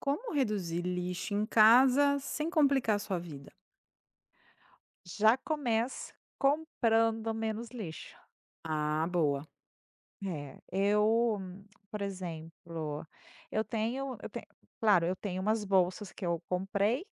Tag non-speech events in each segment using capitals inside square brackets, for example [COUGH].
Como reduzir lixo em casa sem complicar sua vida? Já começa comprando menos lixo. Ah, boa. É, por exemplo, eu tenho claro, eu tenho umas bolsas que eu comprei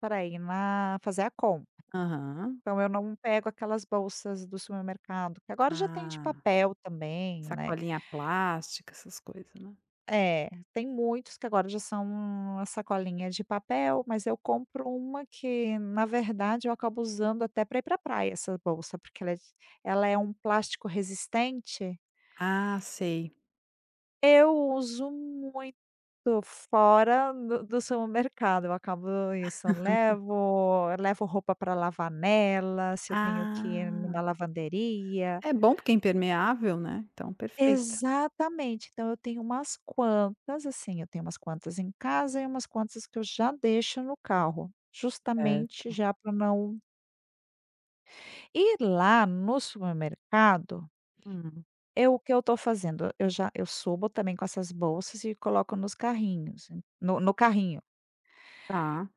para ir na fazer a compra. Aham. Então eu não pego aquelas bolsas do supermercado, que agora já tem de Ah, papel também, né. sacolinha plástica, essas coisas, né. É, tem muitos que agora já são uma sacolinha de papel, mas eu compro uma que, na verdade, eu acabo usando até para ir para praia essa bolsa, porque ela é um plástico resistente. Ah, sei. Eu uso muito fora do supermercado, eu acabo isso, eu levo roupa para lavar nela, se eu tenho que ir Ah, numa lavanderia. é bom porque é impermeável, né, então perfeita. Exatamente, então eu tenho umas quantas, assim, eu tenho umas quantas em casa e umas quantas que eu já deixo no carro, É. justamente já para não ir lá no supermercado, Hum. eu o que eu estou fazendo, eu já eu subo também com essas bolsas e coloco nos carrinhos, no carrinho. Tá.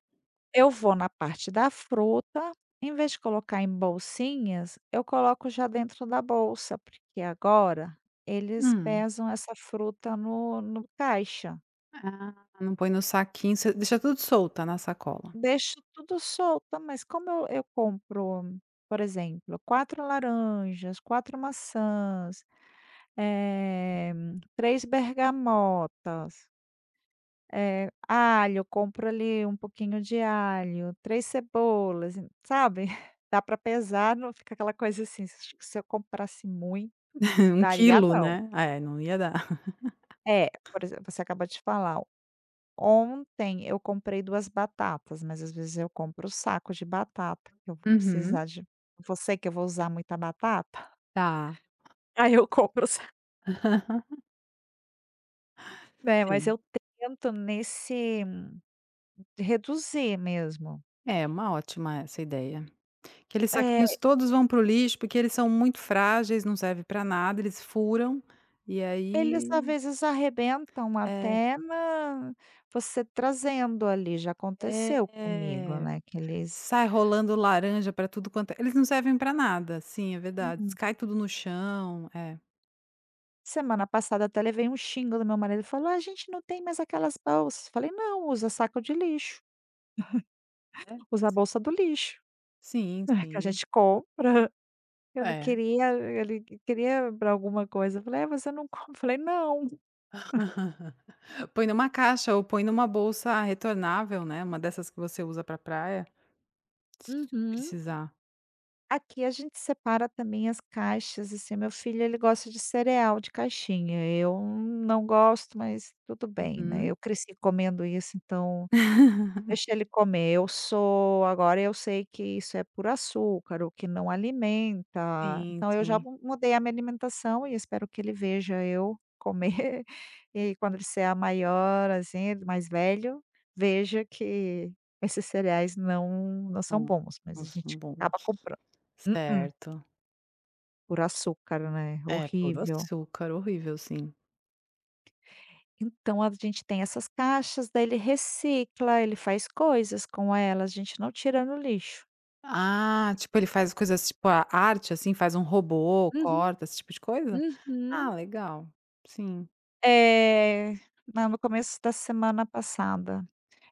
Eu vou na parte da fruta, em vez de colocar em bolsinhas, eu coloco já dentro da bolsa, porque agora eles Hum. pesam essa fruta no caixa. Ah, não põe no saquinho, você deixa tudo solto na sacola. Deixo tudo solta, mas como eu compro, por exemplo, 4 laranjas, 4 maçãs, eh, 3 bergamotas. Alho, compro ali um pouquinho de alho, 3 cebolas, en- sabe. [LAUGHS] Dá para pesar, não fica aquela coisa assim, acho que se eu comprasse muito [LAUGHS] Um daria quilo, não. né. É, não ia dar. É, por exemplo, você acabou de falar, ontem eu comprei 2 batatas, mas às vezes eu compro o saco de batata, que eu vou Uhum. precisar de vou sei que eu vou usar muita batata. [LAUGHS] Tá. Aí eu compro o sa. [LAUGHS] Né, mas Sim. eu tento nesse reduzir mesmo. É uma ótima essa ideia. Aqueles É. saquinhos todos vão para o lixo, porque eles são muito frágeis, não serve para nada, eles furam, e Eles aí às vezes arrebentam é, até na você trazendo ali, já aconteceu comigo, é, né, que eles. sai rolando laranja para tudo quanto é, eles não servem para nada, sim, é verdade, Uhum. cai tudo no chão, é, Semana passada até levei um xingo do meu marido, ele falou: "Ah, a gente não tem mais aquelas bolsas", falei: "Não, usa saco de lixo, é, usa a bolsa do lixo, sim, né, que a sim, gente compra". [LAUGHS] Ele é. queria ele queria alguma coisa, eu falei: "É, você não compra", falei: "Não". [LAUGHS] Põe numa caixa ou põe numa bolsa retornável, né, uma dessas que você usa para praia, se Uhum. precisar. Aqui a gente separa também as caixas, assim, meu filho ele gosta de cereal de caixinha, eu não gosto, mas tudo bem, né, Uhum. eu cresci comendo isso, então [LAUGHS] deixa ele comer. Eu sou agora eu sei que isso é puro açúcar, o que não alimenta. Sim, Então eu já sim. mu mudei a minha alimentação e espero que ele veja eu comer [LAUGHS] e aí, quando ele ser maior, assim, ele mais velho, veja que esses cereais não não são Não, bons, mas a são gente bons. acaba comprando. Mm-mm, Certo. puro açúcar, né, É, puro horrível. açúcar, horrível, sim. Então a gente tem essas caixas, daí ele recicla, ele faz coisas com elas, a gente não tira no lixo. Ah, tipo, ele faz coisas tipo a arte, assim, faz um robô, corta, esse tipo de coisa? Ah, Uhum. legal. Sim. Eh, na No começo da semana passada,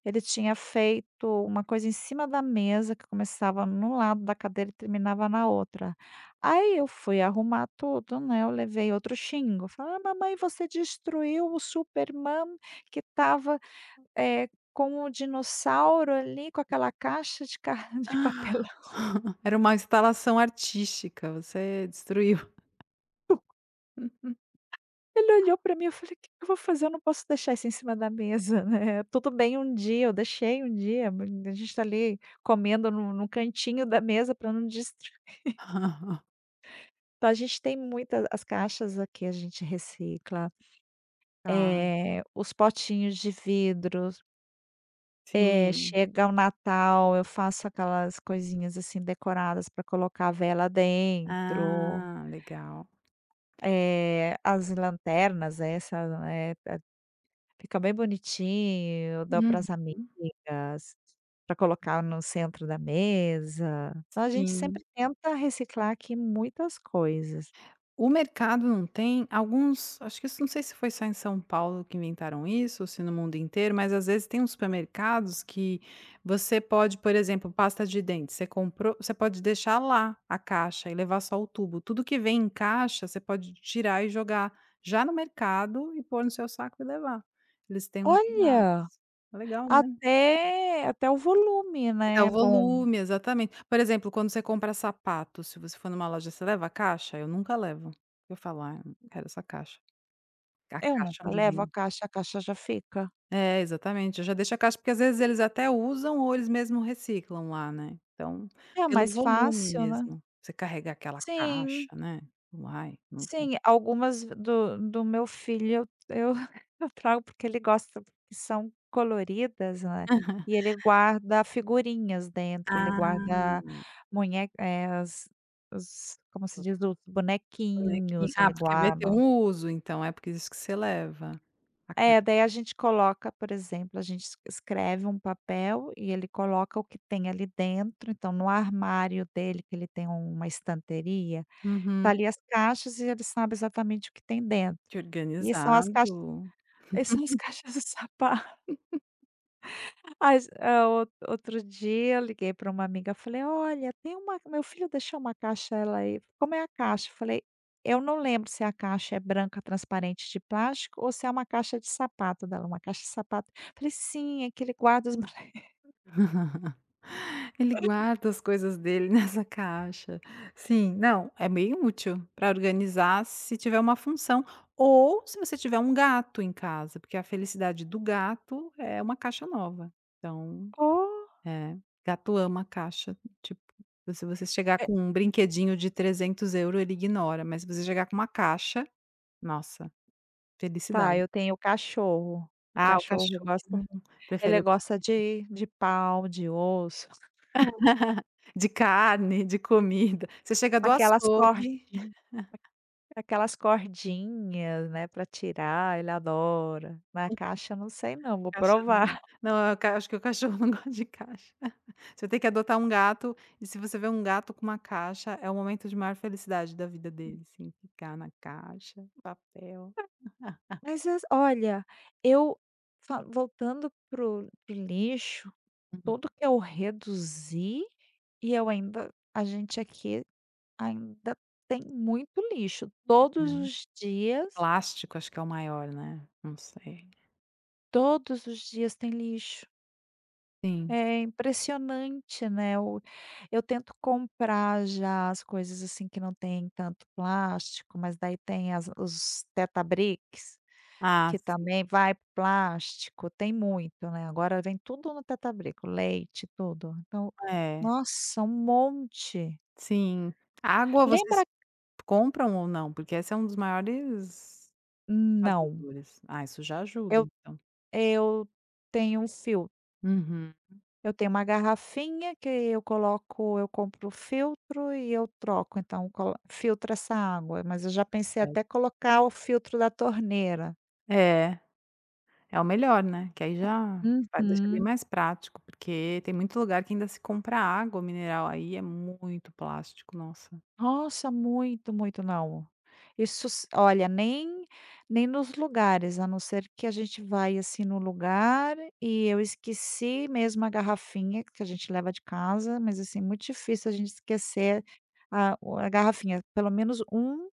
ele tinha feito uma coisa em cima da mesa que começava num lado da cadeira e terminava na outra. Aí eu fui arrumar tudo, né, eu levei outro xingo, falei: "Ah, mamãe você destruiu o Superman que estava, eh, com o dinossauro ali, com aquela caixa de ca [LAUGHS] de papelão". [LAUGHS] Era uma instalação artística, você destruiu. [LAUGHS] Ele olhou pra mim, eu falei: "O. Que que eu vou fazer? Eu não posso deixar isso em cima da mesa, né". [LAUGHS] Tudo bem um dia, eu deixei um dia, a gente tá ali comendo no cantinho da mesa pra não destr, então a gente tem muita as caixas aqui a gente recicla, Tá, os potinhos de vidros, sim. chega o Natal, eu faço aquelas coisinhas, assim, decoradas pra colocar a vela dentro, Ah, legal. As lanternas essa, né. Fica bem bonitinho, eu dou para Uhum, as amigas, para colocar no centro da mesa. Então a gente sim. sempre tenta reciclar aqui muitas coisas. O mercado não tem alguns, acho que isso, não sei se foi só em São Paulo que inventaram isso ou se no mundo inteiro, mas às vezes tem uns supermercados que você pode, por exemplo, pasta de dente, você comprou, você pode deixar lá a caixa e levar só o tubo. Tudo que vem em caixa, você pode tirar e jogar já no mercado e pôr no seu saco e levar. Eles têm uns lugares. Olha, É legal, né. até o volume, É o né, é bom. volume, exatamente. Por exemplo, quando você compra sapato, se você for numa loja, você leva a caixa? Eu nunca levo. Eu falo: "Ah, eu não quero essa caixa". A Eu caixa nunca onde levo vem. A caixa já fica. É, exatamente. Eu já deixa a caixa porque às vezes eles até usam ou eles mesmo reciclam lá, né. Então, É pelo mais volume fácil, né. mesmo, você carregar aquela caixa, Sim. né. Uai, não vou. Sim, algumas do meu filho eu [LAUGHS] eu trago porque ele gosta, que são coloridas, né, e [LAUGHS] ele guarda figurinhas dentro, ele Ah, guarda munhe os como se diz? Os bonequinho. bonequinhos, Ah, ele porque vai ter guarda. um uso, então é por isso que você leva a caixa. É, daí a gente coloca, por exemplo, a gente es escreve um papel e ele coloca o que tem ali dentro, então no armário dele, que ele tem uma estanteria, Uhum. tá ali as caixas e ele sabe exatamente o que tem dentro. Que E são as caixas. organizado. Aí são as [LAUGHS] caixas de sapato. As hã, outro dia eu liguei para uma amiga, falei: "Olha, tem uma meu filho deixou uma caixa", ela aí: "Como é a caixa?" Eu falei: "Eu não lembro se a caixa é branca transparente de plástico ou se é uma caixa de sapato", dela: "Uma caixa de sapato". Eu falei: "Sim, é que ele guarda os [LAUGHS] brinquedos". [LAUGHS] Ele guarda as coisas dele [LAUGHS] nessa caixa. Sim, não, é bem útil para organizar se tiver uma função ou se você tiver um gato em casa, porque a felicidade do gato é uma caixa nova. Então, "Oh!" é, gato ama caixa, tipo, se você chegar É, com um brinquedinho de 300 euros ele ignora, mas se você chegar com uma caixa, nossa, tá, felicidade. eu tenho o cachorro. O Ah, o cachorro cachorro gosta prefere ele o gosta brinquedo. de pau, de osso, [LAUGHS] De carne, de comida. Você chega do aquelas cordinhas. açougue. Aquelas cordinhas, né, para tirar, ele adora. Na caixa não sei não, vou Caixa não. provar. [LAUGHS] Não, eu ca- acho que o cachorro [LAUGHS] não gosta de caixa. [LAUGHS] Você tem que adotar um gato, e se você vê um gato com uma caixa, é o momento de maior felicidade da vida dele, assim, ficar na caixa, papel. Mas as olha, eu fa voltando pro o lixo, Uhum. tudo que eu reduzi, e eu ainda a gente aqui ainda tem muito lixo. É. Plástico acho que é o maior, né, não sei. Todos os dias tem lixo. Sim. É impressionante, né, o eu tento comprar já as coisas, assim, que não tem tanto plástico, mas daí tem as os Teta Bricks, Ah, que sim. também vai para plástico, tem muito, né, agora vem tudo no Teta Brick, o leite, tudo. Então, É, nossa, um monte. sim. Água vocês Lembra compram ou não? Porque esse é um dos maiores não, fazedores. Ah, isso já ajuda eu então. eu tenho um filtro. Uhum. Eu tenho uma garrafinha que eu coloco eu compro o filtro e eu troco, então colo filtro essa água, mas eu já pensei até É. colocar o filtro da torneira. É. É o melhor, né, que aí já vai, deixa bem Uhum. mais prático, porque tem muito lugar que ainda se compra água mineral, aí é muito plástico, nossa. Nossa, muito, muito não. Isso s olha, nem nos lugares, a não ser que a gente vai, assim, no lugar e eu esqueci mesmo a garrafinha que a gente leva de casa, mas, assim, muito difícil a gente esquecer a garrafinha, pelo menos um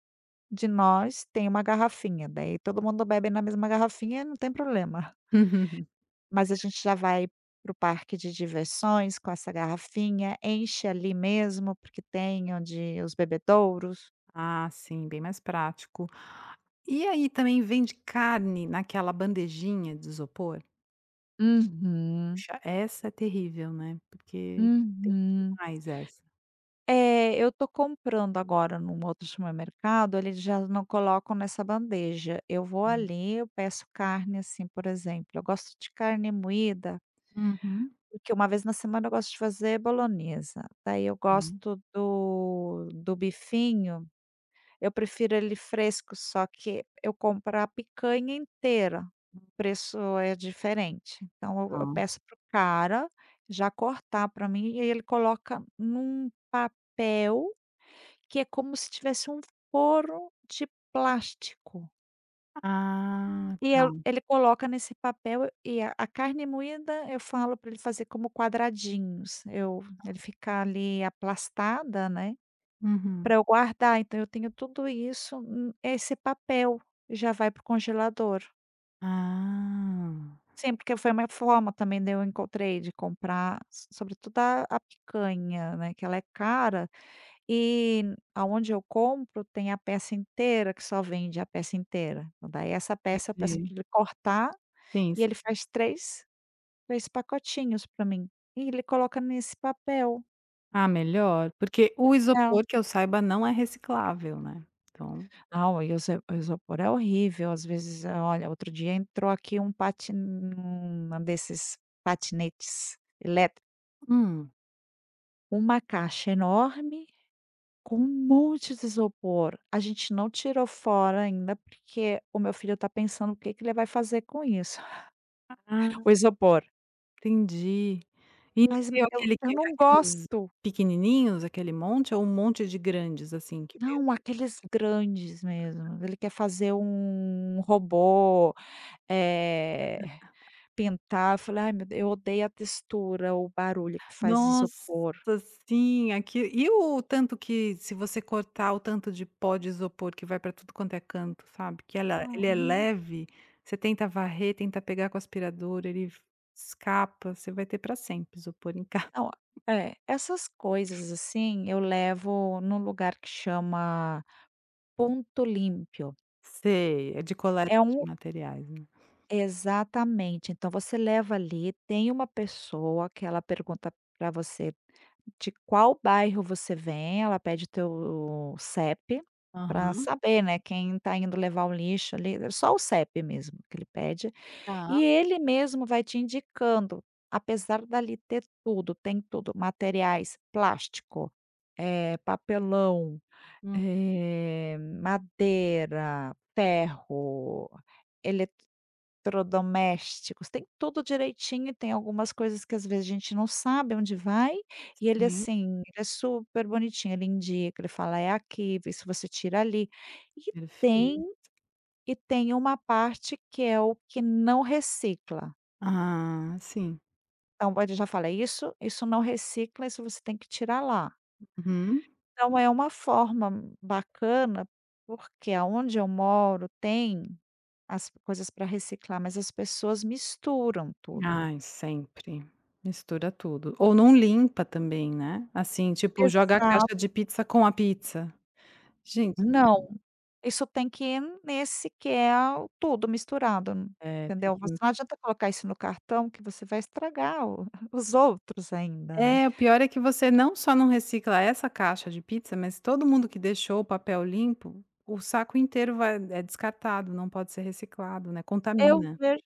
de nós tem uma garrafinha, daí todo mundo bebe na mesma garrafinha, não tem problema. [LAUGHS] Mas a gente já vai para o parque de diversões com essa garrafinha, enche ali mesmo, porque tem onde os bebedouros. Ah, sim, bem mais prático. E aí também vende carne naquela bandejinha de isopor? Uhum, Puxa, essa é terrível, né, porque tem uhum. demais essa. É, eu tô comprando agora num outro supermercado, eles já não colocam nessa bandeja. Eu vou Hum. ali, eu peço carne, assim, por exemplo. Eu gosto de carne moída. Uhum. Porque uma vez na semana eu gosto de fazer bolonhesa, daí eu Hum, gosto do bifinho, eu prefiro ele fresco, só que eu compro a picanha inteira, o preço é diferente. Então eu tá. peço pro cara já cortar para mim e ele coloca num papel que é como se tivesse um forro de plástico. Ah, E tá. eu ele coloca nesse papel e a carne moída, eu falo para ele fazer como quadradinhos, eu ele ficar ali aplastada, né, Uhum. para eu guardar, então eu tenho tudo isso, esse papel já vai para o congelador. Ah, Sim, porque foi uma forma também de eu encontrei de comprar, sobretudo a picanha, né, que ela é cara e aonde eu compro tem a peça inteira, que só vende a peça inteira. Então daí essa peça eu peço pra entendi. ele cortar Sim, e sim. ele faz 3 fez pacotinhos pra mim. E ele coloca nesse papel. Ah, melhor, porque o É. isopor, que eu saiba, não é reciclável, né, então Não, e o isa o isopor é horrível, às vezes ah, olha, outro dia entrou aqui um patin um um desses patinetes elétricos, hum, uma caixa enorme com um monte de isopor. A gente não tirou fora ainda, porque o meu filho tá pensando o que que ele vai fazer com isso, [LAUGHS] ah, o isopor. entendi. E Mas veio aquele eu que não aqueles gosto. pequenininhos, aquele monte ou um monte de grandes, assim, que veio? Não, aqueles grandes mesmo. Ele quer fazer um robô. Eh, Pintar, eu falei: "Ai meu deus, eu odeio a textura, o barulho que faz Nossa, isopor". sim, aqui e o tanto que se você cortar, o tanto de pó de isopor que vai para tudo quanto é canto, sabe, que ela ele é Uhum. leve, você tenta varrer, tenta pegar com o aspirador, ele escapa, você vai ter para sempre isopor em casa. Não é, essas coisas, assim, eu levo num lugar que chama Ponto Limpio. Sei, é de coleta É de um materiais, né. exatamente, então você leva ali, tem uma pessoa que ela pergunta para você de qual bairro você vem, ela pede teu CEP para Aham, saber, né, quem está indo levar o lixo ali, só o CEP mesmo que ele pede. tá. E ele mesmo vai te indicando, apesar dali ter tudo, tem tudo, materiais, plástico, papelão, madeira, ferro, eletrodomésticos, tem tudo direitinho e tem algumas coisas que às vezes a gente não sabe onde vai, e ele Uhum, assim, ele é super bonitinho, ele indica, ele fala: "É aqui, isso você tira ali". E hum. Tem perfeito. e tem uma parte que é o que não recicla. Ah, sim. Então pode já fala: "Isso isso não recicla, isso você tem que tirar lá". Uhum. Então é uma forma bacana, porque aonde eu moro tem as coisas para reciclar, mas as pessoas misturam tudo. Ai, sempre. Mistura tudo. Ou não limpa também, né, assim, tipo, joga a Exato. caixa de pizza com a pizza. Gente, Não, isso tem que ir nesse que é o tudo misturado, é, tem entendeu? Você que, não adianta colocar isso no cartão que você vai estragar o [LAUGHS] os outros ainda, né. é, o pior é que você não só não recicla essa caixa de pizza, mas todo mundo que deixou o papel limpo, o saco inteiro vai, é descartado, não pode ser reciclado, né, Eu contamina. vejo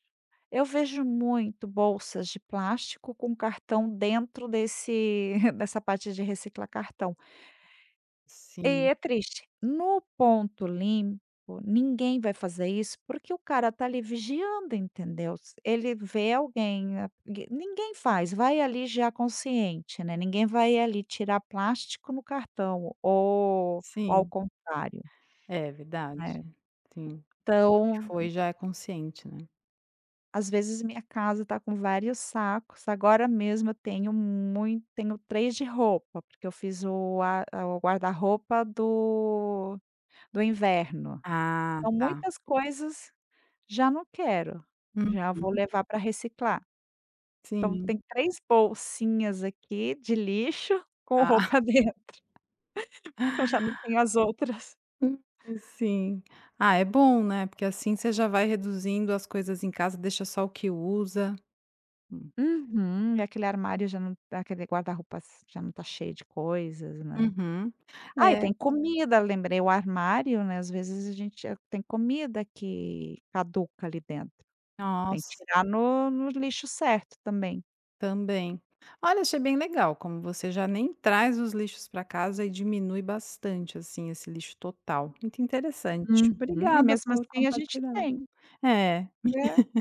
Eu vejo muito bolsas de plástico com cartão dentro desse [LAUGHS] dessa parte de reciclar cartão. E Sim, é triste. No ponto limpo, ninguém vai fazer isso, porque o cara tá ali vigiando, entendeu? S ele vê alguém, a gue ninguém faz, vai ali já consciente, né, ninguém vai ali tirar plástico no cartão ou ao sim. contrário, É verdade, né. sim. A pessoa que Então foi já é consciente, né. às vezes minha casa tá com vários sacos, agora mesmo eu tenho mui tenho 3 de roupa, porque eu fiz o o guarda-roupa do inverno. Ah, Então tá. muitas coisas já não quero, Hum, já vou levar para reciclar. Então sim, tem 3 bolsinhas aqui de lixo com tá. roupa [LAUGHS] dentro, que eu já não tenho as outras. [LAUGHS] Sim. Ah, é bom, né, porque assim você já vai reduzindo as coisas em casa, deixa só o que usa. Hum. Uhum, e aquele armário já não aquele guarda-roupa já não tá cheio de coisas, né. Uhum. Ah, e É, tem comida, lembrei, o armário, né, às vezes a gente tem comida que caduca ali dentro, tem que nossa, tirar no lixo certo também. também. Olha, achei bem legal como você já nem traz os lixos para casa e diminui bastante, assim, esse lixo total. Muito interessante. Uhum, e Obrigada mesmo por assim a gente compartilhar. tem. É. É.